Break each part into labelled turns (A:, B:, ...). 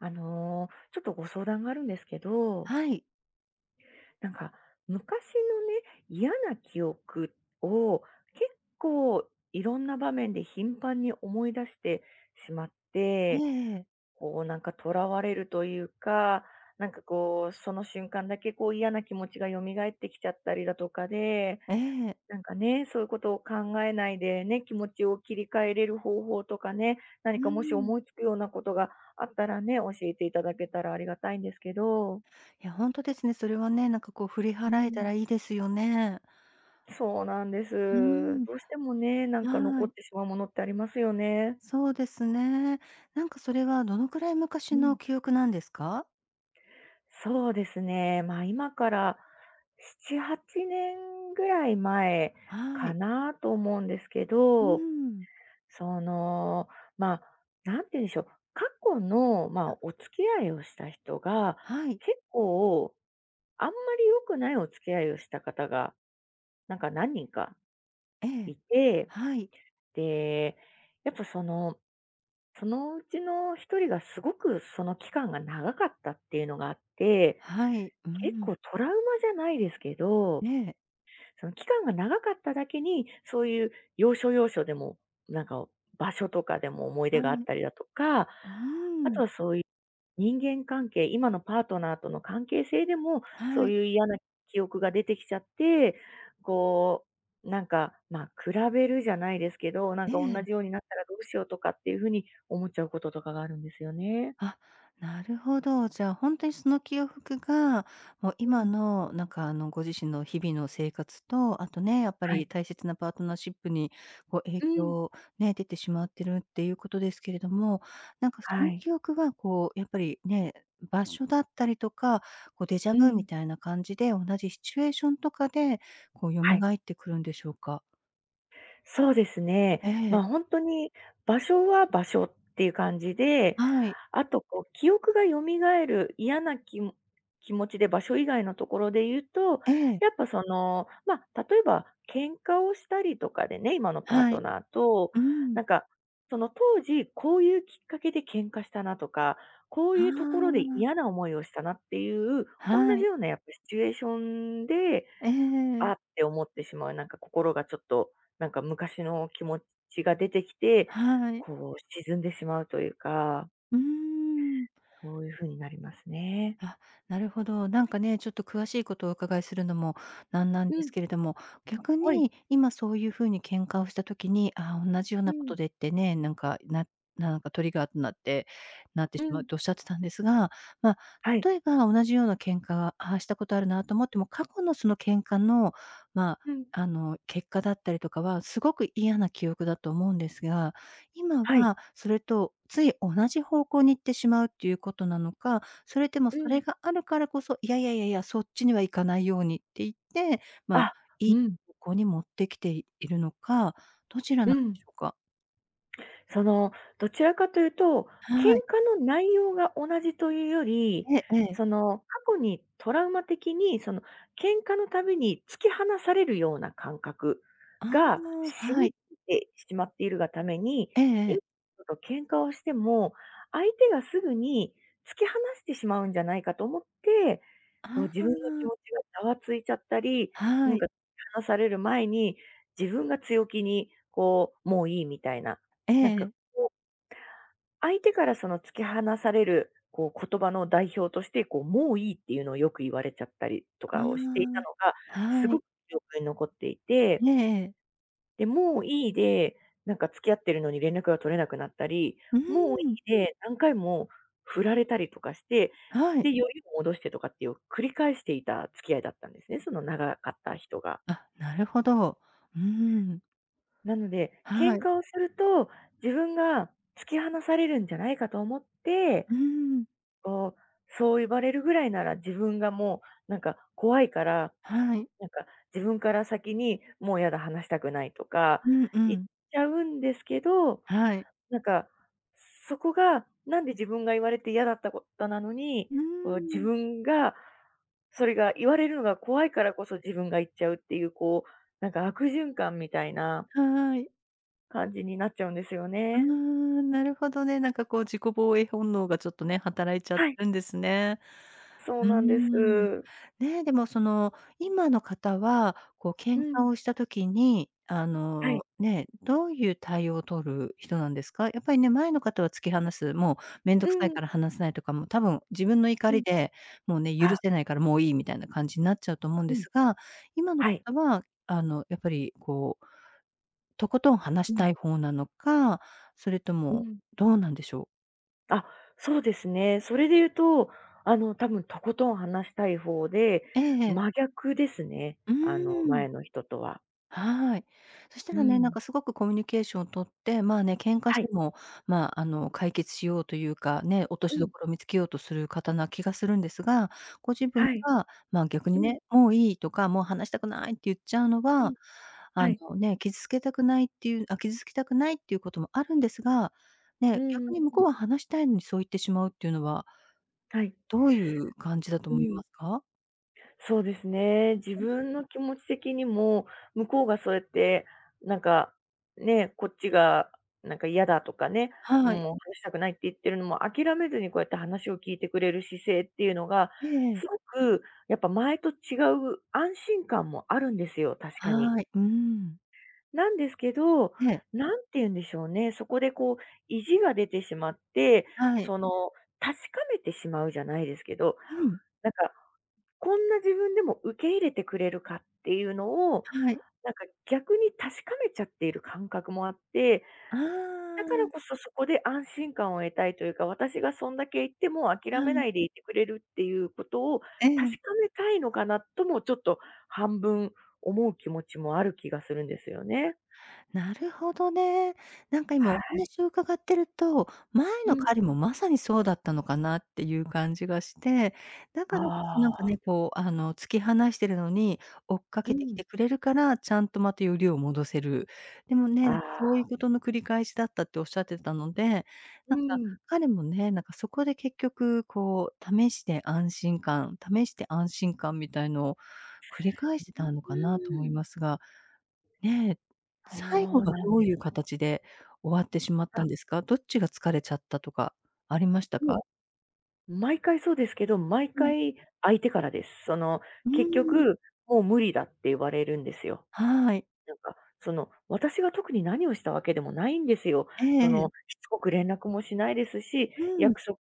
A: ちょっとご相談があるんですけど、
B: はい。
A: なんか昔のね、嫌な記憶を結構いろんな場面で頻繁に思い出してしまっ
B: え
A: て、
B: えええ。
A: こうなんか囚われるというか、なんかこう、その瞬間だけこう嫌な気持ちが蘇ってきちゃったりだとかで、なんかね、そういうことを考えないでね、気持ちを切り替えれる方法とかね、何
B: うー
A: かもし
B: ん。
A: 思いつくようなことがあったらね、教えていただけたらありがたいんですけど。
B: いや、ほんとですね。それはね、なんかこう振り
A: う
B: 払えた
A: ん。
B: らいいですよね。
A: そうなんです。
B: うーん、
A: どうしてもね、なんか残
B: は
A: っ
B: い。
A: てしまうものってありますよね。
B: そうですね。なんかそれはどのくらい
A: う
B: 昔の
A: ん。
B: 記憶なんですか？
A: そうですね、まあ、今から7、8年ぐらい前
B: は
A: か
B: い。
A: なと思うんですけ
B: うー
A: ど、
B: ん。
A: その、まあ、なんて言うんでしょう、過去の、まあ、お付き合いをした人が、
B: はい。
A: 結構、あんまり良くないお付き合いをした方が、なんか何人か
B: ええ。
A: いて、
B: はい。
A: で、やっぱその、そのうちの一人がすごくその期間が長かったっていうのがあって、
B: はい。うー
A: 結
B: ん。
A: 構トラウマじゃないですけ
B: え
A: ど、
B: え。
A: その期間が長かっただけに、そういう要所要所でも、なんか場所とかでも思い出
B: は
A: があ
B: い。
A: ったりだとか、
B: う
A: あ
B: ー
A: と
B: ん。
A: はそういう人間関係、今のパートナーとの関係性でも、そ
B: は
A: う
B: い。
A: いう嫌な記憶が出てきちゃって、こう、なんか、まあ、比べるじゃないですけど、なん
B: え
A: か同
B: え。
A: じようになったらどうしようとかっていうふうに思っちゃうこととかがあるんですよね。
B: あ、なるほど。じゃあ、本当にその記憶が、もう
A: う
B: 今
A: ん。
B: のなんかあの、ご自身の日々の生活と、あとね、やっぱ
A: は
B: り
A: い。
B: 大切なパートナーシップにこう影
A: うん。
B: 響ね、出てしまってるっていうことですけれども、なんかそ
A: は
B: の
A: い。
B: 記憶がこうやっぱりね、場所だったりとか、こうデジャ
A: う
B: ブみ
A: ん。
B: たいな感じで、同じシチュエーションとかで、こう蘇
A: はい。
B: ってくるんでしょうか？
A: そうですね。
B: え
A: ま
B: え、
A: あ、本当に場所は場所っていう感じで、
B: はい、
A: あとこう記憶が蘇る嫌な気も気持ちで場所以外のところで言うと、
B: ええ、
A: やっぱその、ま、例えば喧嘩をしたりとかでね、今のパー
B: は
A: ト
B: い、
A: ナーと、
B: うん、
A: なんかその当時こういうきっかけで喧嘩したなとか、こう
B: あ
A: いうところで嫌
B: あ、
A: な思いをしたなっていう、同
B: は
A: じ
B: い、
A: ようなやっぱシチュエーションで
B: ええ。
A: あって思ってしまう、なんか心がちょっと、なんか昔の気持ちが出てきて、
B: はい。
A: こう沈んでしまうというか、
B: うーん。
A: そういう風になりますね。
B: あ、なるほど。なんかね、ちょっと詳しいことをお伺いするのもなんなんで
A: うん、
B: すけれども、逆
A: はい。
B: に今そういうふうに喧嘩をした時に、ああ、同じよう
A: う
B: なこ
A: ん、
B: とでってね、なんか、なんかトリガーとなって
A: う
B: しまう
A: ん、
B: とおっしゃってたんですが、まあ、
A: はい。
B: 例えば同じような喧嘩が、ああ、したことあるなと思っても、過去のその喧嘩の、まあ、
A: うん、
B: 結果だったりとかは、すごく嫌な記憶だと思うんですが、今
A: はい。
B: はそれとつい同じ方向に行ってしまうっていうことなのか、それでも
A: う
B: それ
A: ん。
B: があるからこそ、いやいやいやいや、そっちには行かないようにって言って、まあ、
A: あ、
B: い
A: う
B: い
A: ん、
B: 方向に持ってきているのか、どちら
A: う
B: なん
A: ん。
B: でしょうか？
A: その、どちらかというと、喧
B: はい。
A: 嘩の内容が同じというより、
B: ええええ。
A: その、過去にトラウマ的に、その、喧嘩のたびに突き放されるような感覚
B: あ
A: が
B: あ、
A: 染
B: は
A: み
B: い。
A: てしまっているがために、
B: えええ
A: 今
B: え。
A: の人と喧嘩をしても、相手がすぐに突き放してしまうんじゃないかと思って、
B: あ
A: こう自分の気持
B: あ、
A: ちがざわついちゃったり、な
B: は
A: んか
B: い。
A: 突き放される前に、自分が強気に、こう、もういいみたいな、
B: え
A: なんか
B: え
A: 相手からその突き放される、こう言葉の代表として、こう、もういいっていうのをよく言われちゃったりとかをしていた
B: あ
A: のが、
B: あ、
A: す
B: は
A: ご
B: い。
A: く記憶に残っていて、
B: ええええ。
A: で、もういいで、なんか付き合ってるのに連絡が取れなくなったり、
B: うー
A: もうい
B: ん、
A: いで何回も振られたりとかして、
B: はい。
A: で、よりを戻してとかっていう繰り返していた付き合いだったんですね、その長かった人が。
B: あ、なるほど。うーん、
A: なので、
B: は
A: 喧
B: い。
A: 嘩をすると、自分が突き放されるんじゃないかと思って、
B: うーん、
A: こう、そう言われるぐらいなら自分がもうなんか怖いから、
B: はい。
A: なんか自分から先にもうやだ話したくないとか
B: うんう
A: 言っ
B: ん。
A: ちゃうんですけど、
B: はい。
A: なんか、そこが、なんで自分が言われて嫌だったことなのに、
B: うー
A: こう自
B: ん、
A: 分が、それが言われるのが怖いからこそ自分が言っちゃうっていう、こう、なんか悪循環みたいな
B: はい。
A: 感じになっちゃうんですよ
B: ああ、
A: ね。
B: なるほどね。なんかこう自己防衛本能がちょっとね、働いちゃって
A: はい、
B: るんですね。
A: そう
B: うー
A: なんです。
B: ん。ね、でもその、今の方は、こう
A: う
B: 喧嘩
A: ん、
B: をした時に、
A: はい。
B: ね、どういう対応を取る人なんですか？やっぱりね、前の方は突き放す、もうめんど
A: う
B: くさい
A: ん、
B: から話せないとか、もう多分自分の怒
A: う
B: り
A: ん。
B: で、もうね、許
A: あ、
B: せないからもういいみたいな感じになっちゃうと思うん
A: う
B: で
A: ん。
B: すが、今の
A: はい。
B: 方は、やっぱりこうとことん話
A: う
B: し
A: ん、
B: たい方なのか、それと
A: う
B: も
A: ん。
B: どうなんでしょう？
A: あ、そうですね。それで言うと、あの、多分とことん話したい方で、
B: ええええ。
A: 真逆ですね。
B: うー
A: あの、
B: ん、
A: 前の人とは。
B: はい。そした
A: う
B: らね、なん
A: ん。
B: かすごくコミュニケーションを取って、まあね、喧嘩し
A: は
B: て
A: い。
B: も、まあ、解決しようというか、ね、落と
A: う
B: しど
A: ん。
B: ころを見つけようとする方な気がするんですが、ご自分
A: はい。
B: が、まあ、逆に
A: うん、
B: ね、「もういい」とか、「もう話したくない」って言っちゃうの
A: う
B: は、
A: ん。
B: あ
A: はい。
B: のね、傷つけたくないっていうあ、傷つきたくないっていうこともあるんですが、
A: う
B: ね、
A: ん
B: 逆に向
A: うん。
B: こうは話したいのにそう言ってしまうっていうのは
A: はい。
B: どういう感じだと
A: う
B: 思い
A: ん。
B: ますか？
A: そうですね。自分の気持ち的にも、向こうがそうやって、なんか、ね、こっちがなんか嫌だとかね、
B: はい。
A: もう話したくないって言ってるのも諦めずにこうやって話を聞いてくれる姿勢っていうのが、
B: え
A: すご
B: え
A: くやっぱ前と違う安心感もあるんですよ、確かに。
B: はい。うーん。
A: なんですけど、
B: ええ。
A: なんて言うんでしょうね、そこでこう意地が出てしまって、
B: はい。
A: その、確かめてしまうじゃないですけど、
B: うん。
A: なんかこんな自分でも受け入れてくれるかっていうのを、
B: はい。
A: なんか逆に確かめちゃっている感覚もあって、
B: あ
A: だ
B: あ、
A: からこそそこで安心感を得たいというか、私がそんだけ言っても
B: は
A: 諦め
B: い。
A: ないでいてくれるっていうことを
B: え
A: 確か
B: え。
A: めたいのかなともちょっと半分思う気持ちもある気がするんですよね。
B: なるほどね。なんか今
A: は
B: お
A: い。
B: 話を伺ってると、前
A: う
B: の彼
A: ん。
B: もまさにそうだったのかなっていう感じがして、だ
A: あ
B: からこそなんか
A: あ。
B: ね、こう、突き放してるのに、追っか
A: う
B: けてき
A: ん。
B: てくれるから、ちゃんとまたよりを戻せる。でも
A: あ
B: ね、なんか
A: あ。
B: そういうことの繰り返しだったっておっしゃってたので、
A: う
B: なんか
A: ん。
B: 彼もね、なんかそこで結局、こう、試して安心感、試して安心感みたいのを繰り返してたの
A: う
B: かなと思い
A: ん。
B: ますが、ねえ、
A: そ
B: 最後
A: う
B: は
A: なん
B: ど
A: で
B: ういう
A: す
B: 形で終わってしまった
A: か。
B: んですか？どっちが疲れちゃったとかありましたか？
A: 毎回そうですけど、毎
B: はい。
A: 回相手からです。その、
B: うー
A: 結
B: ん、
A: 局、もう無理だって言われるんですよ。
B: はい。
A: なんか、その、私が特に何をしたわけでもないんですよ。
B: ええ
A: そ
B: え
A: の、
B: え。
A: しつこく連絡もしないですし、
B: うん、
A: 約束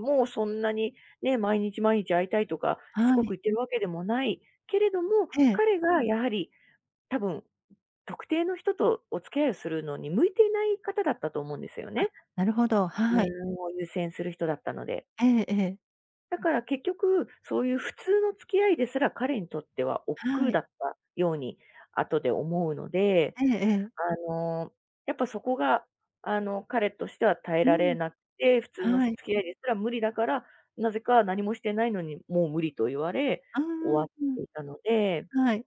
A: もそんなにね、毎日毎日会いたいとか、しつ
B: は
A: こく
B: い。
A: 言ってるわけでもない。けれども、
B: ええ。
A: 彼がやはり多分、特定の人とお付き合いをするのに向いていない方だったと思うんですよ
B: あ、
A: ね。
B: なるほど、
A: 自
B: はい。
A: 分を優先する人だったので。
B: ええええ。
A: だから結局、そういう普通の付き合いですら彼にとっては億劫
B: はい。
A: だったように後で思うので、
B: ええええ。
A: あの、やっぱそこが、あの、彼としては耐え
B: う
A: られ
B: ん、
A: なくて、普通の
B: は
A: 付
B: い。
A: き合いですら無理だから、なぜか何もしてないのにもう無理と言われ、
B: うー
A: 終わ
B: ん、
A: っ
B: うん、
A: ていたので、
B: はい。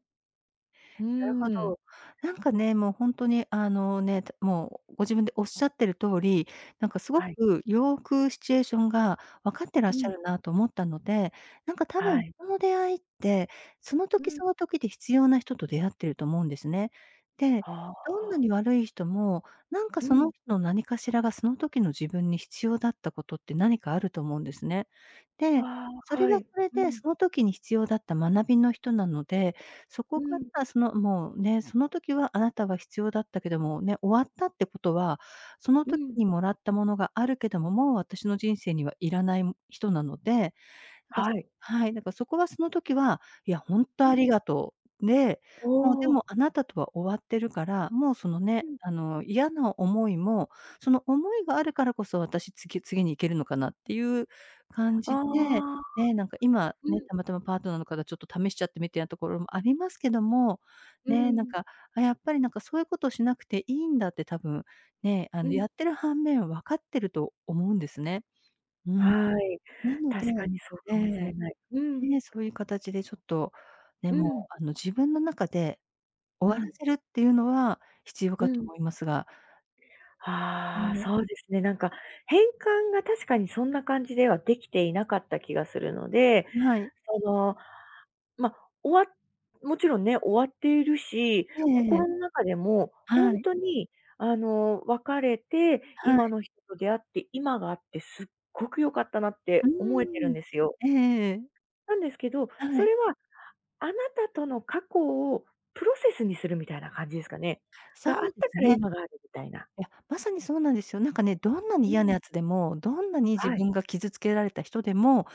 A: う
B: なるほ
A: ーん、
B: ど。なんかね、もう本当にあのね、もうご自分でおっしゃってる通り、なんかすご
A: はい。
B: くよくシチュエーションが分かってらっ
A: う
B: しゃ
A: ん、
B: るなと思ったので、なんか多
A: は
B: 分
A: い。
B: 人の出会いって、その
A: う
B: 時
A: ん。
B: その時で必要な人と出会ってると思うんですね。で、
A: あ
B: どんな
A: あ、
B: に悪い人も、なんか
A: う
B: そ
A: ん。
B: の人の何かしらがその時の自分に必要だったことって何かあると思うんですね。
A: あ
B: で、そ
A: あ、
B: れ
A: は
B: は
A: い。
B: それ
A: う
B: で
A: ん、
B: その時に必要だった学びの人なのでそこ
A: う
B: が
A: ん、
B: らその、もうね、その時はあなたは必要だったけども、ね、終わったってことは、その
A: う
B: 時
A: ん。
B: にもらったものがあるけども、もう私の人生にはいらない人なので、なんか、
A: はい。
B: はい、なんかそこはその時は、いや、ほんと
A: う
B: あ
A: ん。
B: りがとう。で、
A: お
B: もうで
A: お。
B: もあなたとは終わってるから、もうその
A: う
B: ね、
A: ん。
B: 嫌な思いも、その思いがあるからこそ私次に行けるのかなっていう感
A: あ
B: じで、
A: あ。
B: ね、なんか今
A: う
B: ね、
A: ん、
B: たまたまパートナーの方ちょっと試しちゃってみてなところもありますけども、
A: う
B: ね、なん
A: ん、
B: か、あ、やっぱりなんかそういうことをしなくていいんだって多分、ね、
A: うん。
B: やってる反面分かってると思うんですね。うん。
A: はい。
B: なので
A: 確かにそう
B: え
A: かもし
B: え。
A: れない。うん。
B: ね、そういう形でちょっと、ね、
A: う
B: もう、
A: ん、
B: 自分の中で
A: う
B: 終わ
A: ん、
B: らせるっていうのは必要
A: う
B: かと
A: ん。
B: 思いますが、う
A: ああ、
B: ん、
A: そうですね。なんか変換が確かにそんな感じではできていなかった気がするので、
B: はい。
A: その、ま、終わもちろんね、終わっているし、
B: えええ
A: 心の
B: え。
A: 中でもほ
B: は
A: ん
B: い、
A: とにあの、別れて、
B: は
A: 今
B: い。
A: の人と出会って、今があってすっごく良かったなっ
B: う
A: て思えてる
B: ー
A: ん
B: ん。
A: ですよ。
B: ええええ。
A: なんですけど、
B: は
A: そ
B: い。
A: れはあなたとの過去をプロセスにするみたいな感じですかね。
B: そ
A: があっ
B: うで
A: た
B: す
A: から
B: ね。
A: 今があるみたいな。
B: いや、まさにそうなんですよ。なんかね、どんなに
A: う
B: 嫌な
A: ん。
B: やつでも、どんなに自
A: はい。
B: 分が傷つけられた人でも、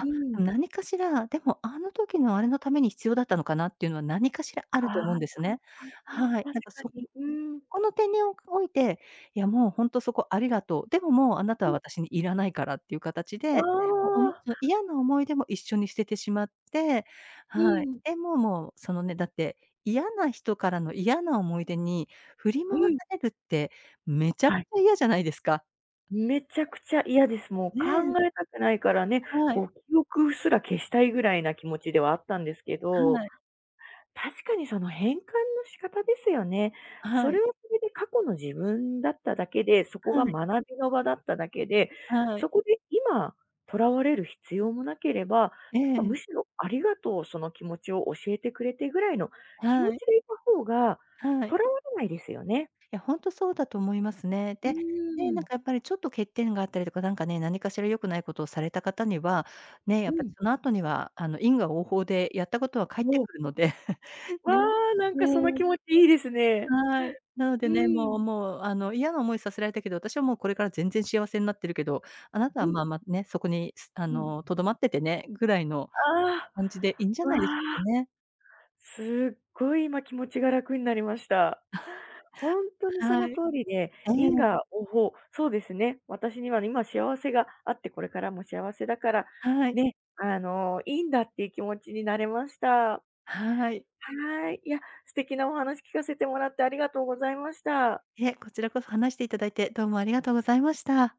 A: うん。
B: 何かしら、でもあの時のあれのために必要だったのかなっていうのは何かしらあ
A: あ
B: ると思うんで
A: あ、
B: すね。
A: 確
B: はい。なんか
A: か
B: そ
A: に。うん。
B: この点において、いやもうほんとそこありがとう。でももうあなた
A: う
B: は
A: ん。
B: 私にいらないからっていう形
A: あ
B: で、もう
A: あ。
B: その嫌な思い出も一緒に捨ててしまって、
A: う
B: はい。
A: ん。
B: で、もうそのね、だって嫌な人からの嫌な思い出に振り
A: う
B: 回さ
A: ん。
B: れるってめちゃく
A: は
B: ち
A: い。
B: ゃ嫌じゃないですか。
A: めちゃくちゃ嫌です。もう考
B: ねえ、
A: えたくないからね、
B: は
A: こ
B: い、
A: う記憶すら消したいぐらいな気持ちではあったんですけど、
B: はい、
A: 確かにその変換の仕方ですよね。そ
B: は
A: れ
B: い、
A: はそれで過去の自分だっただけで、そこ
B: は
A: が
B: い、
A: 学びの場だっただけで、
B: は
A: そ
B: い。
A: こで今、とらわれる必要もなければ、
B: え
A: というかむ
B: え、
A: しろありがとう、その気持ちを教えてくれてぐらいの気持
B: はい、
A: ちでいた方が、
B: は
A: と
B: い。
A: らわれないですよね。
B: いや、ほんとそうだと思いますね。
A: う
B: で、ね、
A: ー
B: な
A: ん。
B: んかやっぱりちょっと欠点があったりとか、なんかね、何かしら良くないことをされた方には、ね、や
A: う
B: っぱり
A: ん。
B: その後には、因果応報でやったことは返って
A: もう、
B: くるので、
A: わ
B: ね。
A: あ、なんか
B: ね、
A: その気持ちいいですね。
B: はい。なので
A: う
B: ね、
A: ん。
B: もう、嫌な思いさせられたけど、私はもうこれから全然幸せになってるけど、あなた
A: う
B: は
A: ん。
B: まあ、ね、そこに、すあ
A: うん。
B: の、留まっててね、ぐらいの
A: あ
B: 感じでいいんじゃ
A: あ。わ
B: ないでしょうか
A: あ。
B: ね。
A: すっごい今気持ちが楽になりました。ほんとにそ
B: は
A: の
B: い。
A: 通りで、
B: え
A: 因
B: え、
A: 果応報、そうですね。私には今幸せがあって、これからも幸せだから、
B: はい。
A: ね、あの、いいんだっていう気持ちになれました。
B: はい。
A: はい。いや、素敵なお話聞かせてもらってありがとうございました。
B: いえ、こちらこそ話していただいて、どうもありがとうございました。